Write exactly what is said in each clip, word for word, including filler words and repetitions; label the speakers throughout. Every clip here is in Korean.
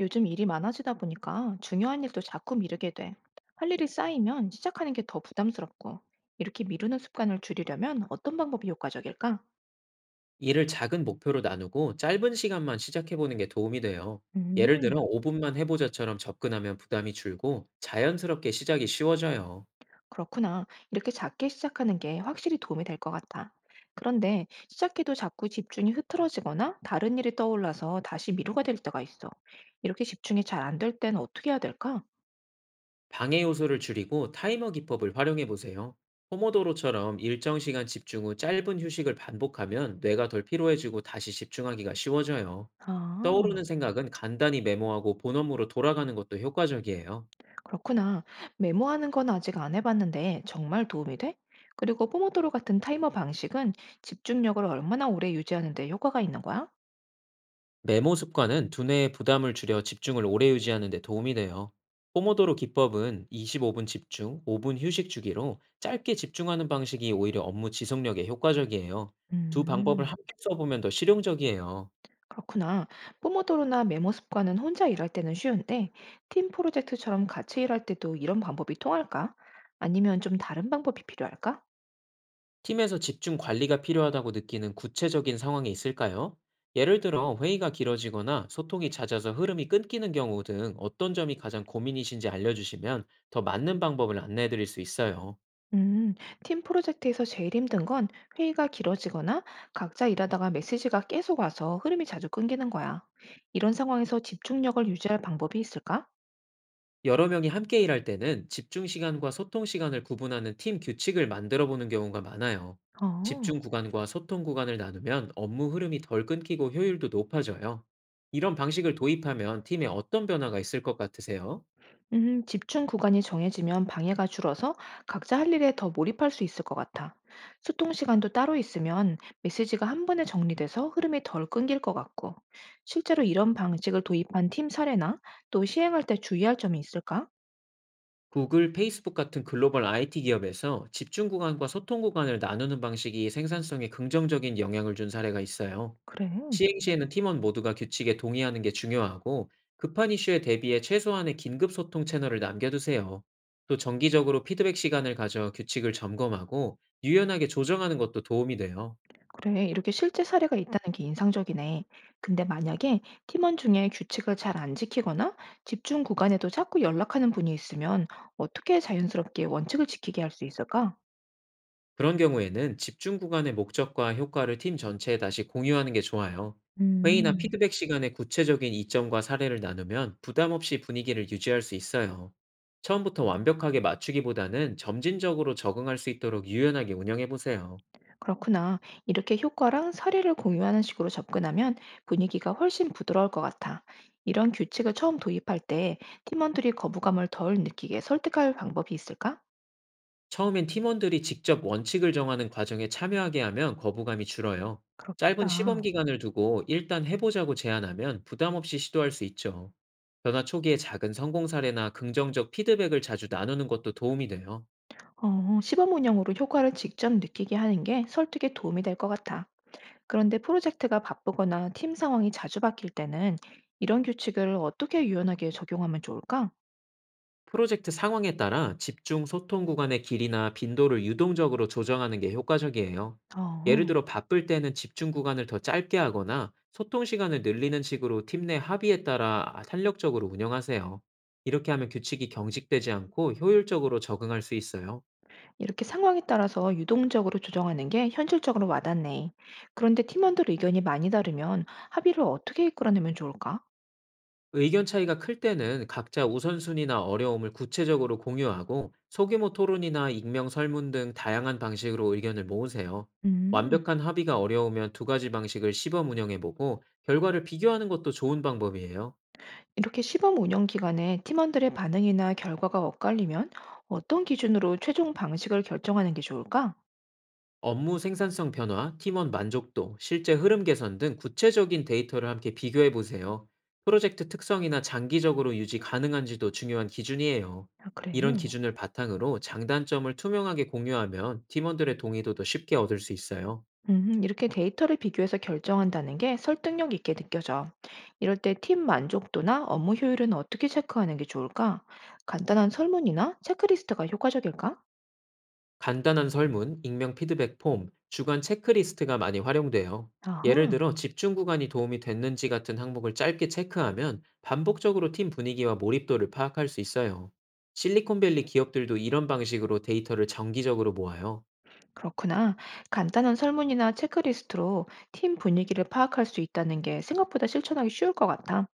Speaker 1: 요즘 일이 많아지다 보니까 중요한 일도 자꾸 미루게 돼. 할 일이 쌓이면 시작하는 게 더 부담스럽고, 이렇게 미루는 습관을 줄이려면 어떤 방법이 효과적일까?
Speaker 2: 일을 작은 목표로 나누고 짧은 시간만 시작해보는 게 도움이 돼요. 예를 들어
Speaker 1: 음,
Speaker 2: 음. 오 분만 해보자처럼 접근하면 부담이 줄고 자연스럽게 시작이 쉬워져요.
Speaker 1: 그렇구나. 이렇게 작게 시작하는 게 확실히 도움이 될 것 같아. 그런데 시작해도 자꾸 집중이 흐트러지거나 다른 일이 떠올라서 다시 미루가 될 때가 있어. 이렇게 집중이 잘 안 될 때는 어떻게 해야 될까?
Speaker 2: 방해 요소를 줄이고 타이머 기법을 활용해보세요. 포모도로처럼 일정 시간 집중 후 짧은 휴식을 반복하면 뇌가 덜 피로해지고 다시 집중하기가 쉬워져요.
Speaker 1: 아.
Speaker 2: 떠오르는 생각은 간단히 메모하고 본업으로 돌아가는 것도 효과적이에요.
Speaker 1: 그렇구나. 메모하는 건 아직 안 해봤는데 정말 도움이 돼? 그리고 포모도로 같은 타이머 방식은 집중력을 얼마나 오래 유지하는 데 효과가 있는 거야?
Speaker 2: 메모 습관은 두뇌의 부담을 줄여 집중을 오래 유지하는 데 도움이 돼요. 포모도로 기법은 이십오 분 집중, 오 분 휴식 주기로 짧게 집중하는 방식이 오히려 업무 지속력에 효과적이에요. 두 방법을
Speaker 1: 음.
Speaker 2: 함께 써보면 더 실용적이에요.
Speaker 1: 그렇구나. 포모도로나 메모 습관은 혼자 일할 때는 쉬운데 팀 프로젝트처럼 같이 일할 때도 이런 방법이 통할까? 아니면 좀 다른 방법이 필요할까?
Speaker 2: 팀에서 집중 관리가 필요하다고 느끼는 구체적인 상황이 있을까요? 예를 들어 회의가 길어지거나 소통이 잦아서 흐름이 끊기는 경우 등 어떤 점이 가장 고민이신지 알려주시면 더 맞는 방법을 안내해 드릴 수 있어요.
Speaker 1: 음, 팀 프로젝트에서 제일 힘든 건 회의가 길어지거나 각자 일하다가 메시지가 계속 와서 흐름이 자주 끊기는 거야. 이런 상황에서 집중력을 유지할 방법이 있을까?
Speaker 2: 여러 명이 함께 일할 때는 집중 시간과 소통 시간을 구분하는 팀 규칙을 만들어 보는 경우가 많아요.
Speaker 1: 어.
Speaker 2: 집중 구간과 소통 구간을 나누면 업무 흐름이 덜 끊기고 효율도 높아져요. 이런 방식을 도입하면 팀에 어떤 변화가 있을 것 같으세요?
Speaker 1: 음, 집중 구간이 정해지면 방해가 줄어서 각자 할 일에 더 몰입할 수 있을 것 같아. 소통 시간도 따로 있으면 메시지가 한 번에 정리돼서 흐름이 덜 끊길 것 같고, 실제로 이런 방식을 도입한 팀 사례나 또 시행할 때 주의할 점이 있을까?
Speaker 2: 구글, 페이스북 같은 글로벌 아이티 기업에서 집중 구간과 소통 구간을 나누는 방식이 생산성에 긍정적인 영향을 준 사례가 있어요.
Speaker 1: 그래.
Speaker 2: 시행 시에는 팀원 모두가 규칙에 동의하는 게 중요하고, 급한 이슈에 대비해 최소한의 긴급 소통 채널을 남겨두세요. 또 정기적으로 피드백 시간을 가져 규칙을 점검하고 유연하게 조정하는 것도 도움이 돼요.
Speaker 1: 그래, 이렇게 실제 사례가 음. 있다는 게 인상적이네. 근데 만약에 팀원 중에 규칙을 잘 안 지키거나 집중 구간에도 자꾸 연락하는 분이 있으면 어떻게 자연스럽게 원칙을 지키게 할 수 있을까?
Speaker 2: 그런 경우에는 집중 구간의 목적과 효과를 팀 전체에 다시 공유하는 게 좋아요. 회의나 음.
Speaker 1: 음,
Speaker 2: 피드백 시간에 구체적인 이점과 사례를 나누면 부담 없이 분위기를 유지할 수 있어요. 처음부터 완벽하게 맞추기보다는 점진적으로 적응할 수 있도록 유연하게 운영해 보세요.
Speaker 1: 그렇구나. 이렇게 효과랑 사례를 공유하는 식으로 접근하면 분위기가 훨씬 부드러울 것 같아. 이런 규칙을 처음 도입할 때 팀원들이 거부감을 덜 느끼게 설득할 방법이 있을까?
Speaker 2: 처음엔 팀원들이 직접 원칙을 정하는 과정에 참여하게 하면 거부감이 줄어요. 짧은 시범
Speaker 1: 그렇겠다.
Speaker 2: 기간을 두고 일단 해보자고 제안하면 부담 없이 시도할 수 있죠. 변화 초기에 작은 성공 사례나 긍정적 피드백을 자주 나누는 것도 도움이 돼요.
Speaker 1: 어, 시범 운영으로 효과를 직접 느끼게 하는 게 설득에 도움이 될 것 같아. 그런데 프로젝트가 바쁘거나 팀 상황이 자주 바뀔 때는 이런 규칙을 어떻게 유연하게 적용하면 좋을까?
Speaker 2: 프로젝트 상황에 따라 집중 소통 구간의 길이나 빈도를 유동적으로 조정하는 게 효과적이에요. 예를
Speaker 1: 어,
Speaker 2: 들어 바쁠 때는 집중 구간을 더 짧게 하거나 소통 시간을 늘리는 식으로 팀 내 합의에 따라 탄력적으로 운영하세요. 이렇게 하면 규칙이 경직되지 않고 효율적으로 적응할 수 있어요.
Speaker 1: 이렇게 상황에 따라서 유동적으로 조정하는 게 현실적으로 와닿네. 그런데 팀원들 의견이 많이 다르면 합의를 어떻게 이끌어내면 좋을까?
Speaker 2: 의견 차이가 클 때는 각자 우선순위나 어려움을 구체적으로 공유하고, 소규모 토론이나 익명 설문 등 다양한 방식으로 의견을 모으세요.
Speaker 1: 음.
Speaker 2: 완벽한 합의가 어려우면 두 가지 방식을 시범 운영해보고 결과를 비교하는 것도 좋은 방법이에요.
Speaker 1: 이렇게 시범 운영 기간에 팀원들의 반응이나 결과가 엇갈리면 어떤 기준으로 최종 방식을 결정하는 게 좋을까?
Speaker 2: 업무 생산성 변화, 팀원 만족도, 실제 흐름 개선 등 구체적인 데이터를 함께 비교해 보세요. 프로젝트 특성이나 장기적으로 유지 가능한지도 중요한 기준이에요.
Speaker 1: 아, 그래.
Speaker 2: 이런 기준을 바탕으로 장단점을 투명하게 공유하면 팀원들의 동의도도 쉽게 얻을 수 있어요.
Speaker 1: 음, 이렇게 데이터를 비교해서 결정한다는 게 설득력 있게 느껴져. 이럴 때 팀 만족도나 업무 효율은 어떻게 체크하는 게 좋을까? 간단한 설문이나 체크리스트가 효과적일까?
Speaker 2: 간단한 설문, 익명 피드백 폼, 주간 체크리스트가 많이 활용돼요. 예를
Speaker 1: 아하.
Speaker 2: 들어 집중 구간이 도움이 됐는지 같은 항목을 짧게 체크하면 반복적으로 팀 분위기와 몰입도를 파악할 수 있어요. 실리콘밸리 기업들도 이런 방식으로 데이터를 정기적으로 모아요.
Speaker 1: 그렇구나. 간단한 설문이나 체크리스트로 팀 분위기를 파악할 수 있다는 게 생각보다 실천하기 쉬울 것 같아.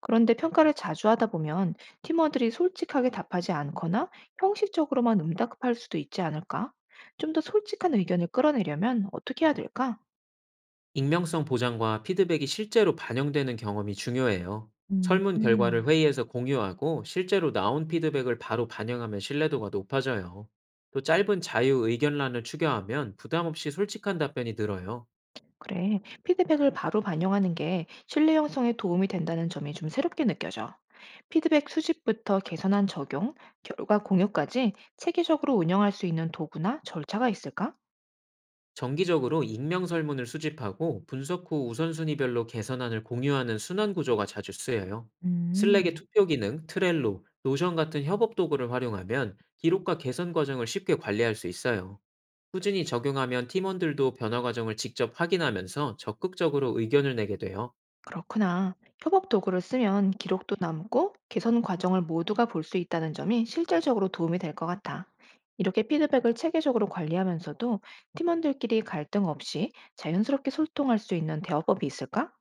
Speaker 1: 그런데 평가를 자주 하다 보면 팀원들이 솔직하게 답하지 않거나 형식적으로만 응답할 수도 있지 않을까? 좀 더 솔직한 의견을 끌어내려면 어떻게 해야 될까?
Speaker 2: 익명성 보장과 피드백이 실제로 반영되는 경험이 중요해요.
Speaker 1: 음
Speaker 2: 설문
Speaker 1: 음.
Speaker 2: 결과를 회의에서 공유하고 실제로 나온 피드백을 바로 반영하면 신뢰도가 높아져요. 또 짧은 자유 의견란을 추겨하면 부담 없이 솔직한 답변이 늘어요.
Speaker 1: 그래. 피드백을 바로 반영하는 게 신뢰 형성에 도움이 된다는 점이 좀 새롭게 느껴져. 피드백 수집부터 개선안 적용, 결과 공유까지 체계적으로 운영할 수 있는 도구나 절차가 있을까?
Speaker 2: 정기적으로 익명 설문을 수집하고 분석 후 우선순위별로 개선안을 공유하는 순환 구조가 자주 쓰여요. 슬랙의
Speaker 1: 음.
Speaker 2: 투표 기능, 트렐로, 노션 같은 협업 도구를 활용하면 기록과 개선 과정을 쉽게 관리할 수 있어요. 꾸준히 적용하면 팀원들도 변화 과정을 직접 확인하면서 적극적으로 의견을 내게 돼요.
Speaker 1: 그렇구나. 협업 도구를 쓰면 기록도 남고 개선 과정을 모두가 볼 수 있다는 점이 실질적으로 도움이 될 것 같아. 이렇게 피드백을 체계적으로 관리하면서도 팀원들끼리 갈등 없이 자연스럽게 소통할 수 있는 대화법이 있을까?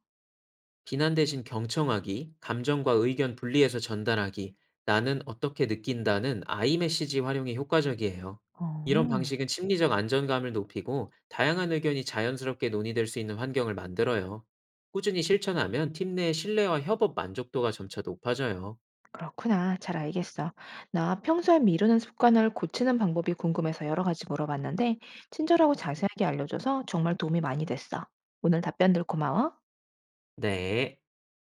Speaker 2: 비난 대신 경청하기, 감정과 의견 분리해서 전달하기, 나는 어떻게 느낀다는 아이 메시지 활용이 효과적이에요. 이런 음.
Speaker 1: 어,
Speaker 2: 방식은 심리적 안정감을 높이고 다양한 의견이 자연스럽게 논의될 수 있는 환경을 만들어요. 꾸준히 실천하면 팀 내 신뢰와 협업 만족도가 점차 높아져요.
Speaker 1: 그렇구나. 잘 알겠어. 나 평소에 미루는 습관을 고치는 방법이 궁금해서 여러 가지 물어봤는데, 친절하고 자세하게 알려줘서 정말 도움이 많이 됐어. 오늘 답변들 고마워.
Speaker 2: 네.